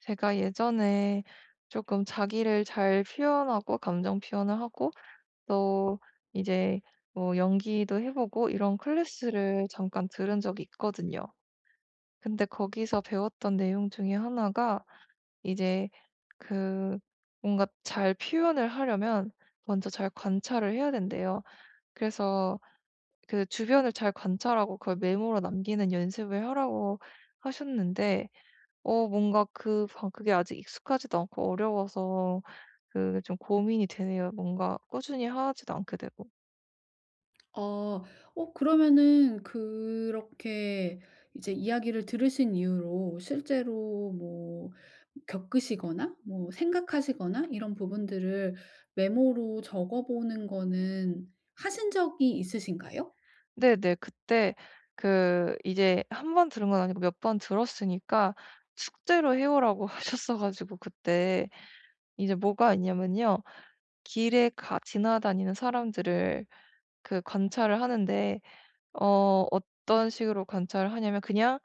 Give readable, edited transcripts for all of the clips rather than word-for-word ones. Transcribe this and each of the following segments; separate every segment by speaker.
Speaker 1: 제가 예전에 조금 자기를 잘 표현하고 감정 표현을 하고 또 이제 뭐 연기도 해보고 이런 클래스를 잠깐 들은 적이 있거든요. 근데 거기서 배웠던 내용 중에 하나가 이제 그 뭔가 잘 표현을 하려면 먼저 잘 관찰을 해야 된대요. 그래서 그 주변을 잘 관찰하고 그걸 메모로 남기는 연습을 하라고 하셨는데, 뭔가 그 방 그게 아직 익숙하지도 않고 어려워서 그 좀 고민이 되네요. 뭔가 꾸준히 하지도 않게 되고.
Speaker 2: 아. 그러면은 그렇게 이제 이야기를 들으신 이후로 실제로 뭐 겪으시거나 뭐 생각하시거나 이런 부분들을 메모로 적어 보는 거는 하신 적이 있으신가요?
Speaker 1: 네네. 그때 그 이제 한 번 들은 건 아니고 몇 번 들었으니까 숙제로 해 오라고 하셨어 가지고 그때 이제 뭐가 있냐면요. 길에 가 지나다니는 사람들을 그 관찰을 하는데 어떤 식으로 관찰을 하냐면 그냥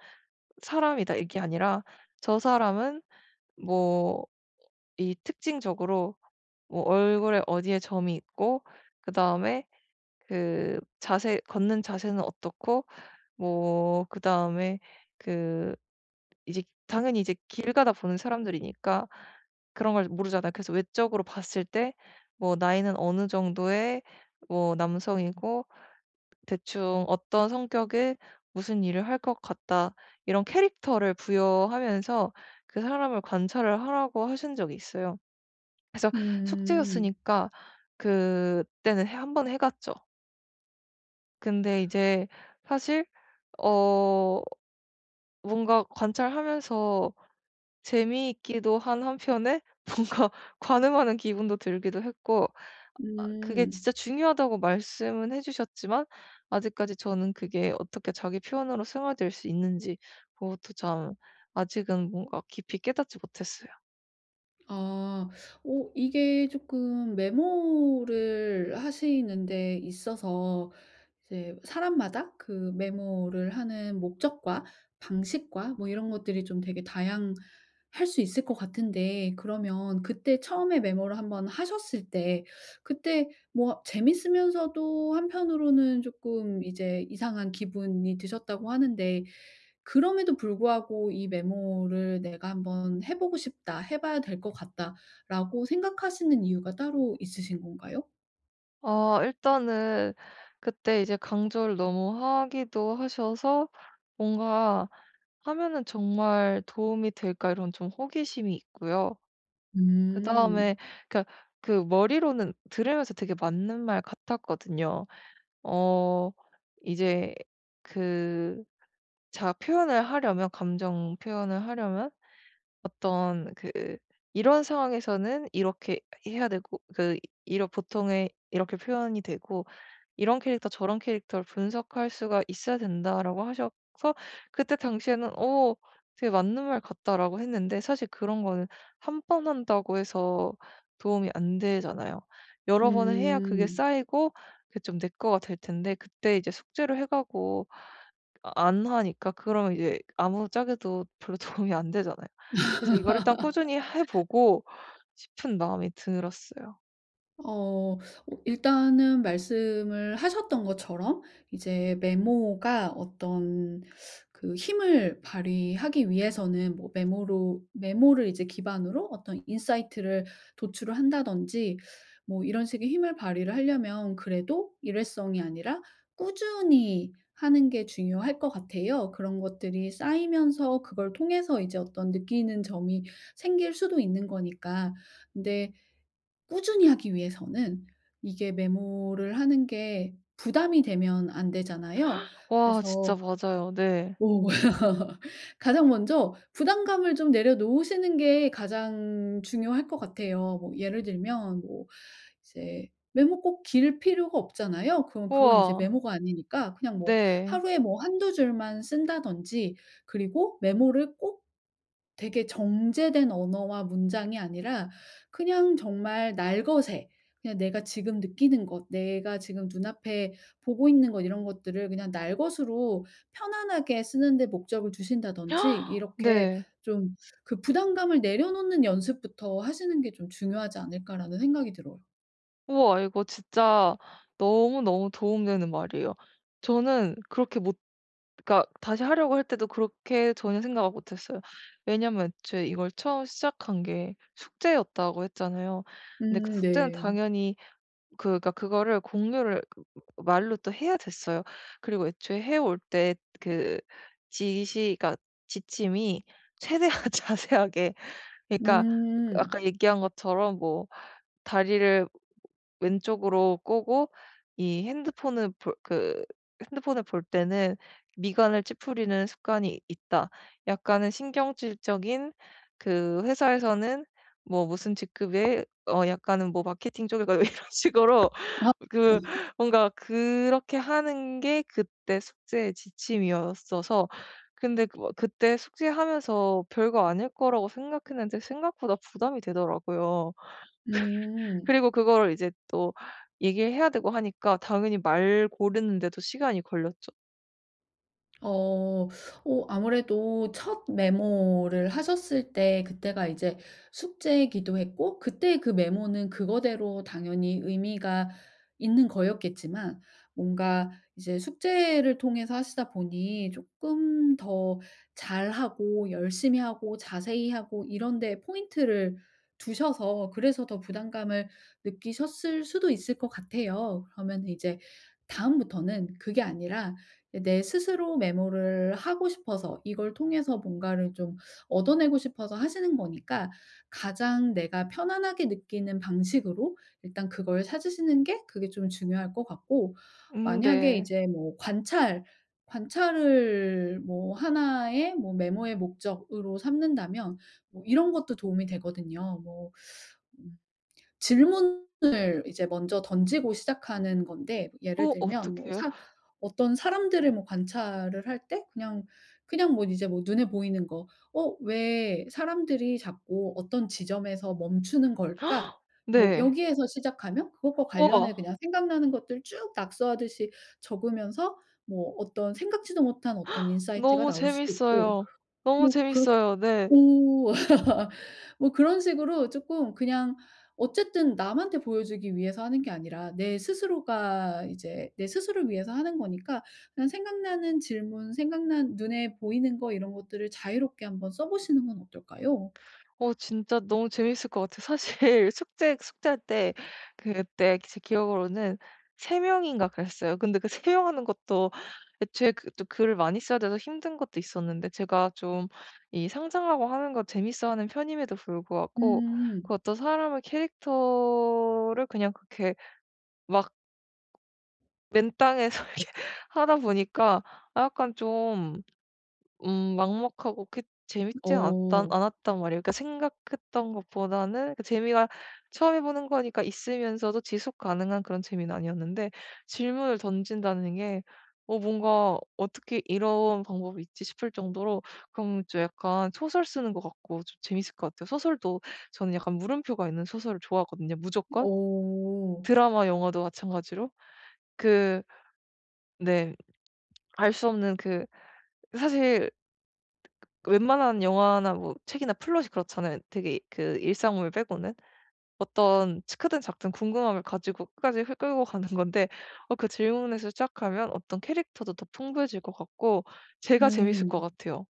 Speaker 1: '사람이다.' 이게 아니라 '저 사람은 뭐 이 특징적으로 뭐 얼굴에 어디에 점이 있고 그다음에 그 자세 걷는 자세는 어떻고 뭐 그다음에 그 이제 당연히 이제 길 가다 보는 사람들이니까 그런 걸 모르잖아요. 그래서 외적으로 봤을 때 뭐 나이는 어느 정도의 뭐 남성이고 대충 어떤 성격의 무슨 일을 할 것 같다. 이런 캐릭터를 부여하면서 그 사람을 관찰을 하라고 하신 적이 있어요. 그래서
Speaker 2: 음.
Speaker 1: 숙제였으니까 그때는 해번해 갔죠. 근데 이제 사실 어 뭔가 관찰하면서 재미있기도 한 한편에 뭔가 관음하는 기분도 들기도 했고, 아 그게
Speaker 2: 음.
Speaker 1: 진짜 중요하다고 말씀은 해 주셨지만 아직까지 저는 그게 어떻게 자기 표현으로 생활될 수 있는지, 그것도 참 아직은 뭔가 깊이 깨닫지 못했어요.
Speaker 2: 아. 오, 이게 조금 메모를 하시는 데 있어서 이제 사람마다 그 메모를 하는 목적과 방식과 뭐 이런 것들이 좀 되게 다양할 수 있을 것 같은데, 그러면 그때 처음에 메모를 한번 하셨을 때 그때 뭐 재밌으면서도 한편으로는 조금 이제 이상한 기분이 드셨다고 하는데, 그럼에도 불구하고 이 메모를 '내가 한번 해 보고 싶다. 해 봐야 될 것 같다.'라고 생각하시는 이유가 따로 있으신 건가요?
Speaker 1: 아, 일단은 그때 이제 강조를 너무 하기도 하셔서 뭔가 '하면은 정말 도움이 될까?' 이런 좀 호기심이 있고요. 그다음에,
Speaker 2: 음.
Speaker 1: 그러니까 그 머리로는 들으면서 되게 맞는 말 같았거든요. 어 이제 그 자 표현을 하려면, 감정 표현을 하려면 어떤 그 "이런 상황에서는 이렇게 해야 되고, 그 이런 보통의 이렇게 표현이 되고 이런 캐릭터 저런 캐릭터를 분석할 수가 있어야 된다라고 하셔서 그때 당시에는 '어 되게 맞는 말 같다.'라고 했는데, 사실 그런 거는 한 번 한다고 해서 도움이 안 되잖아요. 여러 번을 해야 그게
Speaker 2: 음.
Speaker 1: 쌓이고 그게 좀 내 거가 될 텐데, 그때 이제 숙제를 해 가고 안 하니까 그러면 이제 아무 짝에도 별로 도움이 안 되잖아요. 그래서 이걸 일단 꾸준히 해 보고 싶은 마음이 들었어요.
Speaker 2: 어. 일단은 말씀을 하셨던 것처럼 이제 메모가 어떤 그 힘을 발휘하기 위해서는, 뭐 메모로 메모를 이제 기반으로 어떤 인사이트를 도출을 한다든지 뭐 이런 식의 힘을 발휘를 하려면, 그래도 일회성이 아니라 꾸준히 하는 게 중요할 것 같아요. 그런 것들이 쌓이면서 그걸 통해서 이제 어떤 느끼는 점이 생길 수도 있는 거니까. 근데 꾸준히 하기 위해서는 이게 메모를 하는 게 부담이 되면 안 되잖아요.
Speaker 1: 와, 진짜
Speaker 2: 그래서
Speaker 1: 맞아요. 네.
Speaker 2: 오, 가장 먼저 부담감을 좀 내려놓으시는 게 가장 중요할 것 같아요. 뭐 예를 들면 뭐 이제 메모 꼭 길 필요가 없잖아요. 그럼 그건 이제
Speaker 1: 우와.
Speaker 2: 메모가 아니니까 그냥 뭐
Speaker 1: 네.
Speaker 2: 하루에 뭐 한두 줄만 쓴다든지, 그리고 메모를 꼭 되게 정제된 언어와 문장이 아니라 그냥 정말 날것에, 그냥 내가 지금 느끼는 것, 내가 지금 눈앞에 보고 있는 것, 이런 것들을 그냥 날것으로 편안하게 쓰는 데 목적을 두신다든지, 이렇게
Speaker 1: 네.
Speaker 2: 좀 그 부담감을 내려놓는 연습부터 하시는 게 좀 중요하지 않을까라는 생각이 들어요.
Speaker 1: 우와, 이거 진짜 너무너무 도움되는 말이에요. 저는 그렇게 못, 그러니까 다시 하려고 할 때도 그렇게 전혀 생각을 못 했어요. 왜냐면 애초에 이걸 처음 시작한 게 숙제였다고 했잖아요. 근데 그
Speaker 2: 음,
Speaker 1: 숙제는
Speaker 2: 네.
Speaker 1: 당연히 그러니까 그거를 공유를 말로 또 해야 됐어요. 그리고 애초에 해올 때 그 지시, 그러니까 지침이 최대한 자세하게, 그러니까
Speaker 2: 음.
Speaker 1: 아까 얘기한 것처럼 뭐 다리를 왼쪽으로 꼬고 이 핸드폰을 볼 그 핸드폰을 볼 때는 미간을 찌푸리는 습관이 있다, 약간은 신경질적인, 그 회사에서는 뭐 무슨 직급에 약간은 뭐 마케팅 쪽에 가고 이런 식으로,
Speaker 2: 아.
Speaker 1: 그
Speaker 2: 어.
Speaker 1: 뭔가 그렇게 하는 게 그때 숙제의 지침이었어서. 근데 그 뭐 그때 숙제하면서 별거 아닐 거라고 생각했는데 생각보다 부담이 되더라고요.
Speaker 2: 음.
Speaker 1: 그리고 그거를 이제 또 얘기해야 되고 하니까 당연히 말 고르는데도 시간이 걸렸죠.
Speaker 2: 어. 아무래도 첫 메모를 하셨을 때 그때가 이제 숙제이기도 했고, 그때 그 메모는 그거대로 당연히 의미가 있는 거였겠지만, 뭔가 이제 숙제를 통해서 하시다 보니 조금 더 잘하고 열심히 하고 자세히 하고 이런 데에 포인트를 두셔서 그래서 더 부담감을 느끼셨을 수도 있을 것 같아요. 그러면 이제 다음부터는 그게 아니라 내 스스로 메모를 하고 싶어서 이걸 통해서 뭔가를 좀 얻어내고 싶어서 하시는 거니까, 가장 내가 편안하게 느끼는 방식으로 일단 그걸 찾으시는 게, 그게 좀 중요할 것 같고,
Speaker 1: 음,
Speaker 2: 만약에
Speaker 1: 네.
Speaker 2: 이제 뭐 관찰을 뭐 하나의 뭐 메모의 목적으로 삼는다면 뭐 이런 것도 도움이 되거든요. 뭐 질문을 이제 먼저 던지고 시작하는 건데, 예를
Speaker 1: 어,
Speaker 2: 들면 뭐
Speaker 1: 어떡해요?
Speaker 2: 사 어떤 사람들을 뭐 관찰을 할 때, 그냥 그냥 뭐 이제 뭐 눈에 보이는 거, '어, 왜 사람들이 자꾸 어떤 지점에서 멈추는 걸까?' 뭐
Speaker 1: 네.
Speaker 2: 여기에서 시작하면 그것과
Speaker 1: 우와.
Speaker 2: 관련해 그냥 생각나는 것들 쭉 낙서하듯이 적으면서 뭐 어떤 생각지도 못한 어떤 인사이트가
Speaker 1: 너무
Speaker 2: 나올 수도 있고.
Speaker 1: 재밌어요. 너무
Speaker 2: 뭐 그렇
Speaker 1: 재밌어요. 네.
Speaker 2: 오. 뭐 그런 식으로 조금 그냥 어쨌든 남한테 보여주기 위해서 하는 게 아니라 내 스스로가 이제 내 스스로를 위해서 하는 거니까, 그냥 생각나는 질문, 생각난 눈에 보이는 거 이런 것들을 자유롭게 한번 써 보시는 건 어떨까요?
Speaker 1: 진짜 너무 재밌을 것 같아요. 사실 숙제할 때 그때 제 기억으로는 세 명인가 그랬어요. 근데 그 3명 하는 것도 애초에 그 또 글을 많이 써야 돼서 힘든 것도 있었는데, 제가 좀 이 상상하고 하는 거 재밌어하는 편임에도 불구하고
Speaker 2: 음.
Speaker 1: 그 어떤 사람의 캐릭터를 그냥 그렇게 막 맨땅에서 이렇게 하다 보니까 아 약간 좀 막막하고 그 재밌진 않았단
Speaker 2: 어.
Speaker 1: 않았단 말이에요. 그러니까 생각했던 것보다는 그 재미가 처음 해 보는 거니까 있으면서도 지속 가능한 그런 재미는 아니었는데, 질문을 던진다는 게 뭔가 '어떻게 이런 방법이 있지?' 싶을 정도로, 그럼 좀 약간 소설 쓰는 것 같고 좀 재밌을 것 같아요. 소설도 저는 약간 물음표가 있는 소설을 좋아하거든요, 무조건.
Speaker 2: 어.
Speaker 1: 드라마, 영화도 마찬가지로. 그, 네. 알 수 없는 그, 사실 웬만한 영화나 뭐 책이나 플롯이 그렇잖아요, 되게 그 일상물 빼고는. 어떤 츠 크든 작든 궁금함을 가지고 끝까지 흐 끌고 가는 건데, 그 질문에서 시작하면 어떤 캐릭터도 더 풍부해질 것 같고 제가 재밌을
Speaker 2: 음.
Speaker 1: 것 같아요.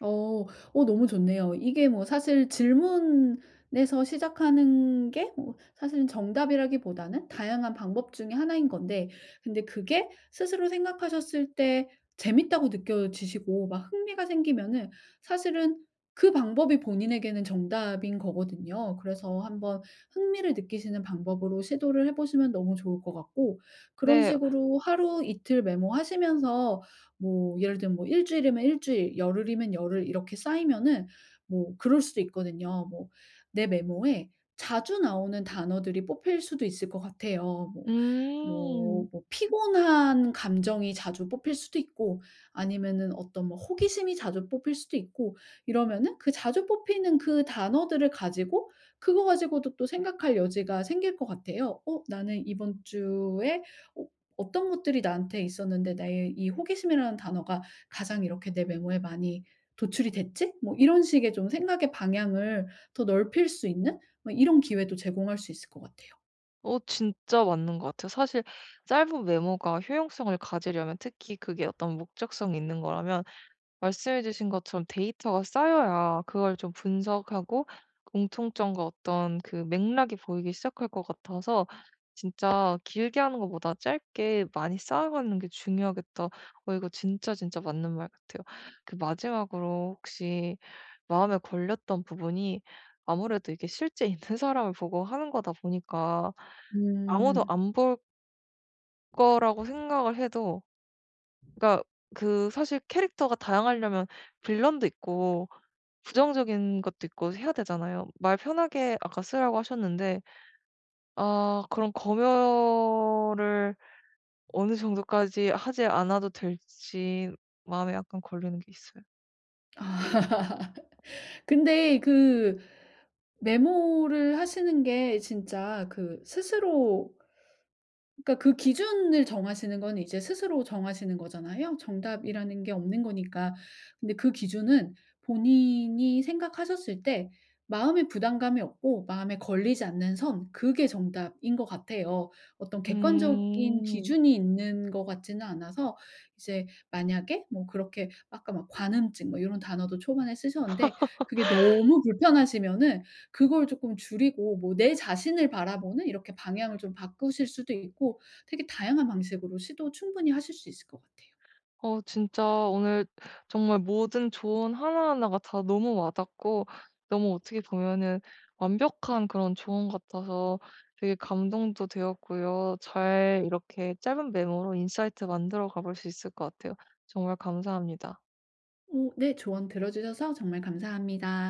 Speaker 2: 어. 너무 좋네요. 이게 뭐 사실 질문에서 시작하는 게 뭐 사실은 정답이라기보다는 다양한 방법 중에 하나인 건데, 근데 그게 스스로 생각하셨을 때 재밌다고 느껴지시고 막 흥미가 생기면은, 사실은 그 방법이 본인에게는 정답인 거거든요. 그래서 한번 흥미를 느끼시는 방법으로 시도를 해 보시면 너무 좋을 것 같고, 그런
Speaker 1: 네.
Speaker 2: 식으로 하루 이틀 메모하시면서 뭐 예를 들면 뭐 일주일이면 일주일, 열흘이면 열흘 이렇게 쌓이면은 뭐 그럴 수도 있거든요. 뭐 내 메모에 자주 나오는 단어들이 뽑힐 수도 있을 것 같아요. 뭐 뭐
Speaker 1: 음.
Speaker 2: 뭐 피곤한 감정이 자주 뽑힐 수도 있고, 아니면은 어떤 뭐 호기심이 자주 뽑힐 수도 있고, 이러면은 그 자주 뽑히는 그 단어들을 가지고 그거 가지고도 또 생각할 여지가 생길 것 같아요. '어, 나는 이번 주에 어 어떤 것들이 나한테 있었는데 나의 이 호기심이라는 단어가 가장 이렇게 내 메모에 많이 도출이 됐지?' 뭐 이런 식의 좀 생각의 방향을 더 넓힐 수 있는 뭐 이런 기회도 제공할 수 있을 것 같아요.
Speaker 1: 진짜 맞는 것 같아요. 사실 짧은 메모가 효용성을 가지려면, 특히 그게 어떤 목적성이 있는 거라면, 말씀해 주신 것처럼 데이터가 쌓여야 그걸 좀 분석하고 공통점과 어떤 그 맥락이 보이기 시작할 것 같아서, 진짜 길게 하는 것보다 짧게 많이 쌓아가는 게 중요하겠다. 이거 진짜 진짜 맞는 말 같아요. 그, 마지막으로 혹시 마음에 걸렸던 부분이, 아무래도 이게 실제 있는 사람을 보고 하는 거다 보니까 아무도
Speaker 2: 음.
Speaker 1: 안 볼 거라고 생각을 해도, 그러니까 그 사실 캐릭터가 다양하려면 빌런도 있고 부정적인 것도 있고 해야 되잖아요. 말 편하게 아까 쓰라고 하셨는데 아 그런 검열을 어느 정도까지 하지 않아도 될지 마음에 약간 걸리는 게 있어요.
Speaker 2: 아. 근데 그 메모를 하시는 게 진짜 그 스스로, 그러니까 그 기준을 정하시는 건 이제 스스로 정하시는 거잖아요. 정답이라는 게 없는 거니까. 근데 그 기준은 본인이 생각하셨을 때 마음의 부담감이 없고 마음에 걸리지 않는 선, 그게 정답인 것 같아요. 어떤 객관적인
Speaker 1: 음.
Speaker 2: 기준이 있는 것 같지는 않아서, 이제 만약에 뭐 그렇게 아까 막 "관음증" 뭐런 단어도 초반에 쓰셨는데, 그게 너무 불편하시면은 그걸 조금 줄이고 뭐 내 자신을 바라보는 이렇게 방향을 좀 바꾸실 수도 있고, 되게 다양한 방식으로 시도 충분히 하실 수 있을 것 같아요.
Speaker 1: 진짜 오늘 정말 모든 조언 하나하나가 다 너무 와닿고, 너무 어떻게 보면은 완벽한 그런 조언 같아서 되게 감동도 되었고요. 잘 이렇게 짧은 메모로 인사이트 만들어 가볼 수 있을 것 같아요. 정말 감사합니다.
Speaker 2: 어, 네. 조언 들어 주셔서 정말 감사합니다.